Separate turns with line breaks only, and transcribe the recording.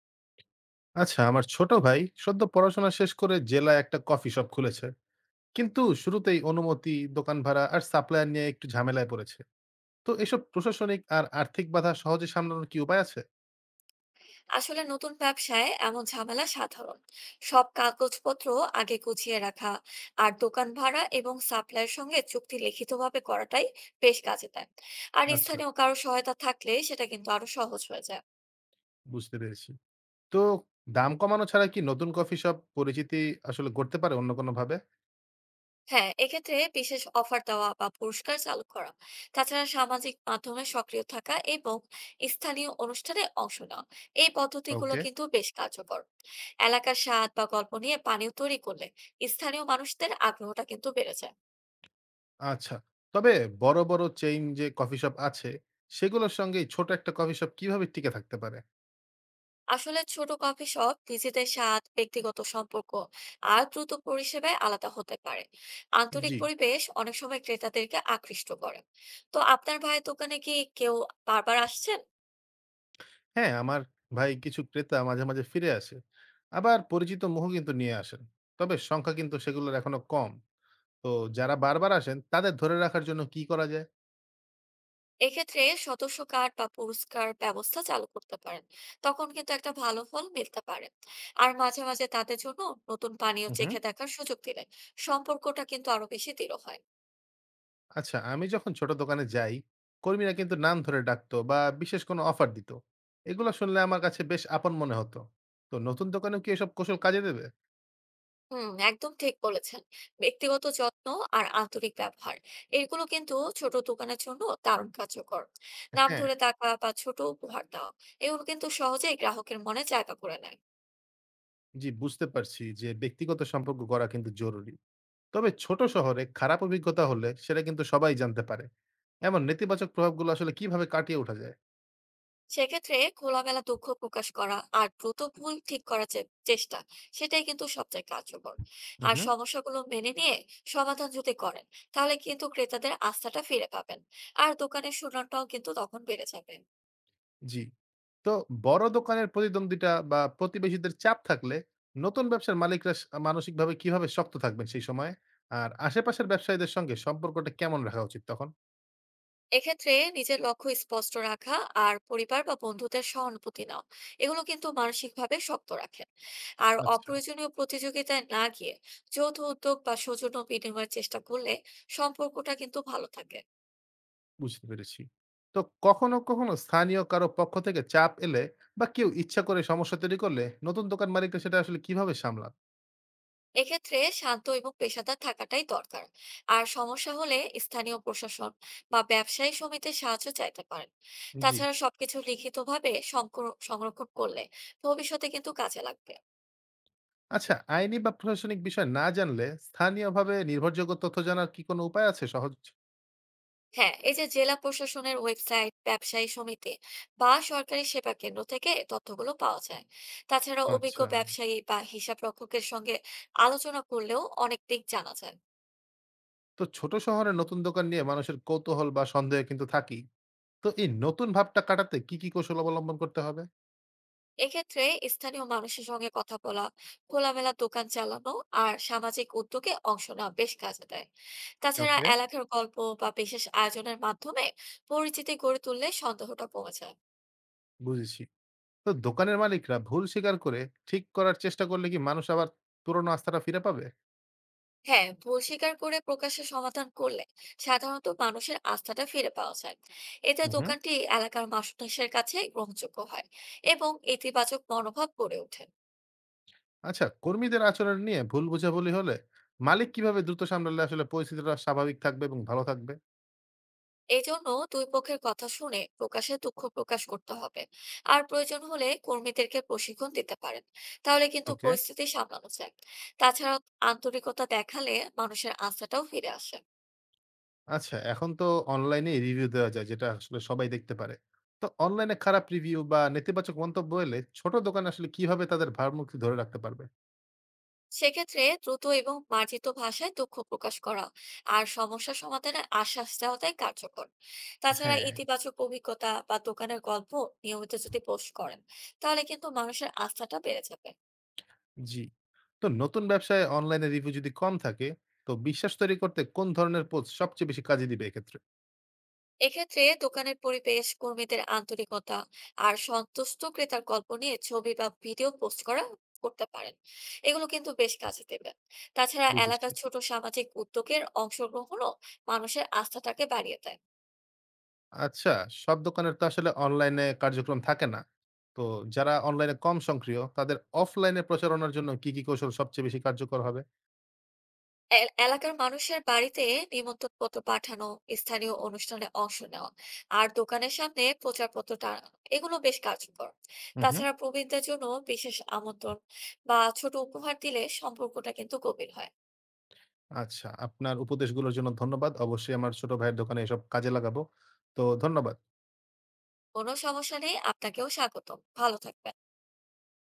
আচ্ছা, আমার ছোট ভাই সদ্য পড়াশোনা শেষ করে জেলায় একটা কফি শপ খুলেছে। কিন্তু শুরুতেই অনুমতি, দোকান ভাড়া আর সাপ্লায়ার নিয়ে একটু ঝামেলায় পড়েছে। তো এসব প্রশাসনিক আর আর্থিক বাধা সহজে সামলানোর কি উপায় আছে?
আসলে নতুন ব্যবসায় এমন ঝামেলা সাধারণ। সব কাগজপত্র আগে গুছিয়ে রাখা আর দোকান ভাড়া এবং সাপ্লায়ের সঙ্গে চুক্তি লিখিতভাবে করাটাই বেশ কাজে দেয়। আর
আচ্ছা,
স্থানীয় কারো সহায়তা থাকলে সেটা কিন্তু আরো সহজ হয়ে যায়।
বুঝতে পেরেছি। তো দাম কমানো ছাড়া কি নতুন কফি শপ পরিচিতি আসলে করতে পারে অন্য কোনো ভাবে?
হ্যাঁ, এক্ষেত্রে বিশেষ অফার দেওয়া বা পুরস্কার চালু করা, তাছাড়া সামাজিক মাধ্যমে সক্রিয় থাকা এবং স্থানীয় অনুষ্ঠানে অংশ নেওয়া, এই পদ্ধতিগুলো
ওকে।
কিন্তু বেশ কার্যকর। এলাকার স্বাদ বা গল্প নিয়ে পানীয় তৈরি করলে স্থানীয় মানুষদের আগ্রহটা কিন্তু বেড়ে যায়।
আচ্ছা, তবে বড় বড় চেইন যে কফি শপ আছে, সেগুলোর সঙ্গে ছোট একটা কফি শপ কিভাবে টিকে থাকতে পারে?
আসলে ছোট কফি শপ নিজেদের স্বাদ, ব্যক্তিগত সম্পর্ক আর দ্রুত পরিষেবায় আলাদা হতে পারে। আন্তরিক
জি।
পরিবেশ অনেক সময় ক্রেতাদেরকে আকৃষ্ট করে। তো আপনার ভাইয়ের দোকানে কি কেউ বারবার আসছেন?
হ্যাঁ, আমার ভাই কিছু ক্রেতা মাঝে মাঝে ফিরে আসে। আবার পরিচিত মুখও কিন্তু নিয়ে আসেন। তবে সংখ্যা কিন্তু সেগুলোর এখনো কম। তো যারা বারবার আসেন তাদের ধরে রাখার জন্য কি করা যায়?
এক্ষেত্রে সদস্য কার্ড বা পুরস্কার ব্যবস্থা চালু করতে পারেন, তখন কিন্তু একটা ভালো ফল মিলতে পারে। আর মাঝে মাঝে তাদের জন্য নতুন পানীয়
হুম, হুম।
চেখে দেখার সুযোগ দিলে সম্পর্কটা কিন্তু আরো বেশি দৃঢ় হয়।
আচ্ছা, আমি যখন ছোট দোকানে যাই, কর্মীরা কিন্তু নাম ধরে ডাকতো বা বিশেষ কোনো অফার দিত। এগুলো শুনলে আমার কাছে বেশ আপন মনে হতো। তো নতুন দোকানেও কি এসব কৌশল কাজে দেবে?
হুম, একদম ঠিক বলেছেন। ব্যক্তিগত যত্ন আর আন্তরিক ব্যবহার, এগুলো কিন্তু ছোট দোকানের জন্য দারুণ কার্যকর। নাম
হ্যাঁ,
ধরে টাকা বা ছোট উপহার দেওয়া, এগুলো কিন্তু সহজেই গ্রাহকের মনে জায়গা করে নেয়।
জি, বুঝতে পারছি যে ব্যক্তিগত সম্পর্ক গড়া কিন্তু জরুরি। তবে ছোট শহরে খারাপ অভিজ্ঞতা হলে সেটা কিন্তু সবাই জানতে পারে। এমন নেতিবাচক প্রভাবগুলো আসলে কিভাবে কাটিয়ে ওঠা যায়?
সেক্ষেত্রে খোলামেলা দুঃখ প্রকাশ করা আর দ্রুত ভুল ঠিক করার যে চেষ্টা, সেটাই কিন্তু সবচেয়ে কার্যকর।
হুম,
আর
হুম।
সমস্যাগুলো মেনে নিয়ে সমাধান যদি করেন, তাহলে কিন্তু ক্রেতাদের আস্থাটা ফিরে পাবেন আর দোকানের সুনামটাও কিন্তু তখন বেড়ে যাবে।
জি। তো বড় দোকানের প্রতিদ্বন্দ্বিতা বা প্রতিবেশীদের চাপ থাকলে নতুন ব্যবসার মালিকরা মানসিকভাবে কিভাবে শক্ত থাকবেন সেই সময়ে? আর আশেপাশের ব্যবসায়ীদের সঙ্গে সম্পর্কটা কেমন রাখা উচিত তখন?
এক্ষেত্রে নিজের লক্ষ্য স্পষ্ট রাখা আর পরিবার বা বন্ধুদের সহানুভূতি নাও, এগুলো কিন্তু মানসিকভাবে শক্ত রাখে। আর
আচ্ছা,
অপ্রয়োজনীয় প্রতিযোগিতায় না গিয়ে যৌথ উদ্যোগ বা সৌজন্য বিনিময়ের চেষ্টা করলে সম্পর্কটা কিন্তু ভালো থাকে।
বুঝতে পেরেছি। তো কখনো কখনো স্থানীয় কারো পক্ষ থেকে চাপ এলে বা কেউ ইচ্ছা করে সমস্যা তৈরি করলে নতুন দোকান মালিকরা সেটা আসলে কিভাবে সামলান?
এক্ষেত্রে শান্ত এবং পেশাদার থাকাটাই দরকার। আর সমস্যা হলে স্থানীয় প্রশাসন বা ব্যবসায়ী সমিতির সাহায্য চাইতে পারেন।
জি।
তাছাড়া সবকিছু লিখিতভাবে সংরক্ষণ করলে ভবিষ্যতে কিন্তু কাজে লাগবে।
আচ্ছা, আইনি বা প্রশাসনিক বিষয় না জানলে স্থানীয়ভাবে নির্ভরযোগ্য তথ্য জানার কি কোনো উপায় আছে সহজ?
হ্যাঁ, এই যে জেলা প্রশাসনের ওয়েবসাইট, ব্যবসায়ী সমিতি বা সরকারি সেবা কেন্দ্র থেকে তথ্যগুলো পাওয়া যায়। তাছাড়া অভিজ্ঞ
আচ্ছা।
ব্যবসায়ী বা হিসাব রক্ষকের সঙ্গে আলোচনা করলেও অনেক দিক জানা যায়।
তো ছোট শহরে নতুন দোকান নিয়ে মানুষের কৌতূহল বা সন্দেহে কিন্তু থাকেই। তো এই নতুন ভাবটা কাটাতে কি কি কৌশল অবলম্বন করতে হবে?
এক্ষেত্রে স্থানীয় মানুষের সঙ্গে কথা বলা, খোলামেলা দোকান চালানো আর সামাজিক উদ্যোগে অংশ নেওয়া বেশ কাজে দেয়। তাছাড়া
ওকে।
এলাকার গল্প বা বিশেষ আয়োজনের মাধ্যমে পরিচিতি গড়ে তুললে সন্দেহটা কমে যায়।
বুঝেছি। তো দোকানের মালিকরা ভুল স্বীকার করে ঠিক করার চেষ্টা করলে কি মানুষ আবার পুরনো আস্থাটা ফিরে পাবে?
হ্যাঁ, ভুল স্বীকার করে প্রকাশ্যে সমাধান করলে সাধারণত মানুষের আস্থাটা ফিরে পাওয়া যায়। এতে
হুম।
দোকানটি এলাকার মানুষের কাছে গ্রহণযোগ্য হয় এবং ইতিবাচক মনোভাব গড়ে ওঠে।
আচ্ছা, কর্মীদের আচরণ নিয়ে ভুল বোঝাবুলি হলে মালিক কিভাবে দ্রুত সামলালে আসলে পরিস্থিতিটা স্বাভাবিক থাকবে এবং ভালো থাকবে?
এই জন্য দুই পক্ষের কথা শুনে প্রকাশ্যে দুঃখ প্রকাশ করতে হবে। আর প্রয়োজন হলে কর্মীদেরকে প্রশিক্ষণ দিতে পারেন, তাহলে কিন্তু
ওকে।
পরিস্থিতি সামলানো যায়। তাছাড়া আন্তরিকতা দেখালে মানুষের আস্থাটাও ফিরে আসে।
আচ্ছা, এখন তো অনলাইনে রিভিউ দেওয়া যায় যেটা আসলে সবাই দেখতে পারে। তো অনলাইনে খারাপ রিভিউ বা নেতিবাচক মন্তব্য এলে ছোট দোকান আসলে কিভাবে তাদের ভারমুক্তি ধরে রাখতে পারবে?
সেক্ষেত্রে দ্রুত এবং মার্জিত ভাষায় দুঃখ প্রকাশ করা আর সমস্যা সমাধানের আশ্বাস দেওয়াটাই কার্যকর। তাছাড়া
হ্যাঁ।
ইতিবাচক অভিজ্ঞতা বা দোকানের গল্প নিয়মিত যদি পোস্ট করেন, তাহলে কিন্তু মানুষের আস্থাটা বেড়ে যাবে।
জি। তো নতুন ব্যবসায় অনলাইনে রিভিউ যদি কম থাকে তো বিশ্বাস তৈরি করতে কোন ধরনের পোস্ট সবচেয়ে বেশি কাজে দিবে এক্ষেত্রে?
এক্ষেত্রে দোকানের পরিবেশ, কর্মীদের আন্তরিকতা আর সন্তুষ্ট ক্রেতার গল্প নিয়ে ছবি বা ভিডিও পোস্ট করা করতে পারেন, এগুলো কিন্তু বেশ কাজে দেবে। তাছাড়া
বুঝেছি।
এলাকার ছোট সামাজিক উদ্যোগের অংশগ্রহণও মানুষের আস্থাটাকে বাড়িয়ে দেয়।
আচ্ছা, সব দোকানের তো আসলে অনলাইনে কার্যক্রম থাকে না। তো যারা অনলাইনে কম সক্রিয় তাদের অফলাইনে প্রচারণার জন্য কি কি কৌশল সবচেয়ে বেশি কার্যকর হবে?
এলাকার মানুষের বাড়িতে নিমন্ত্রণপত্র পাঠানো, স্থানীয় অনুষ্ঠানে অংশ নেওয়া আর দোকানের সামনে প্রচারপত্র টানানো, এগুলো বেশ কার্যকর।
হুম, হুম।
তাছাড়া প্রবীণদের জন্য বিশেষ আমন্ত্রণ বা ছোট উপহার দিলে সম্পর্কটা কিন্তু গভীর হয়।
আচ্ছা, আপনার উপদেশগুলোর জন্য ধন্যবাদ। অবশ্যই আমার ছোট ভাইয়ের দোকানে এসব কাজে লাগাবো। তো ধন্যবাদ।
কোনো সমস্যা নেই, আপনাকেও স্বাগতম। ভালো থাকবেন।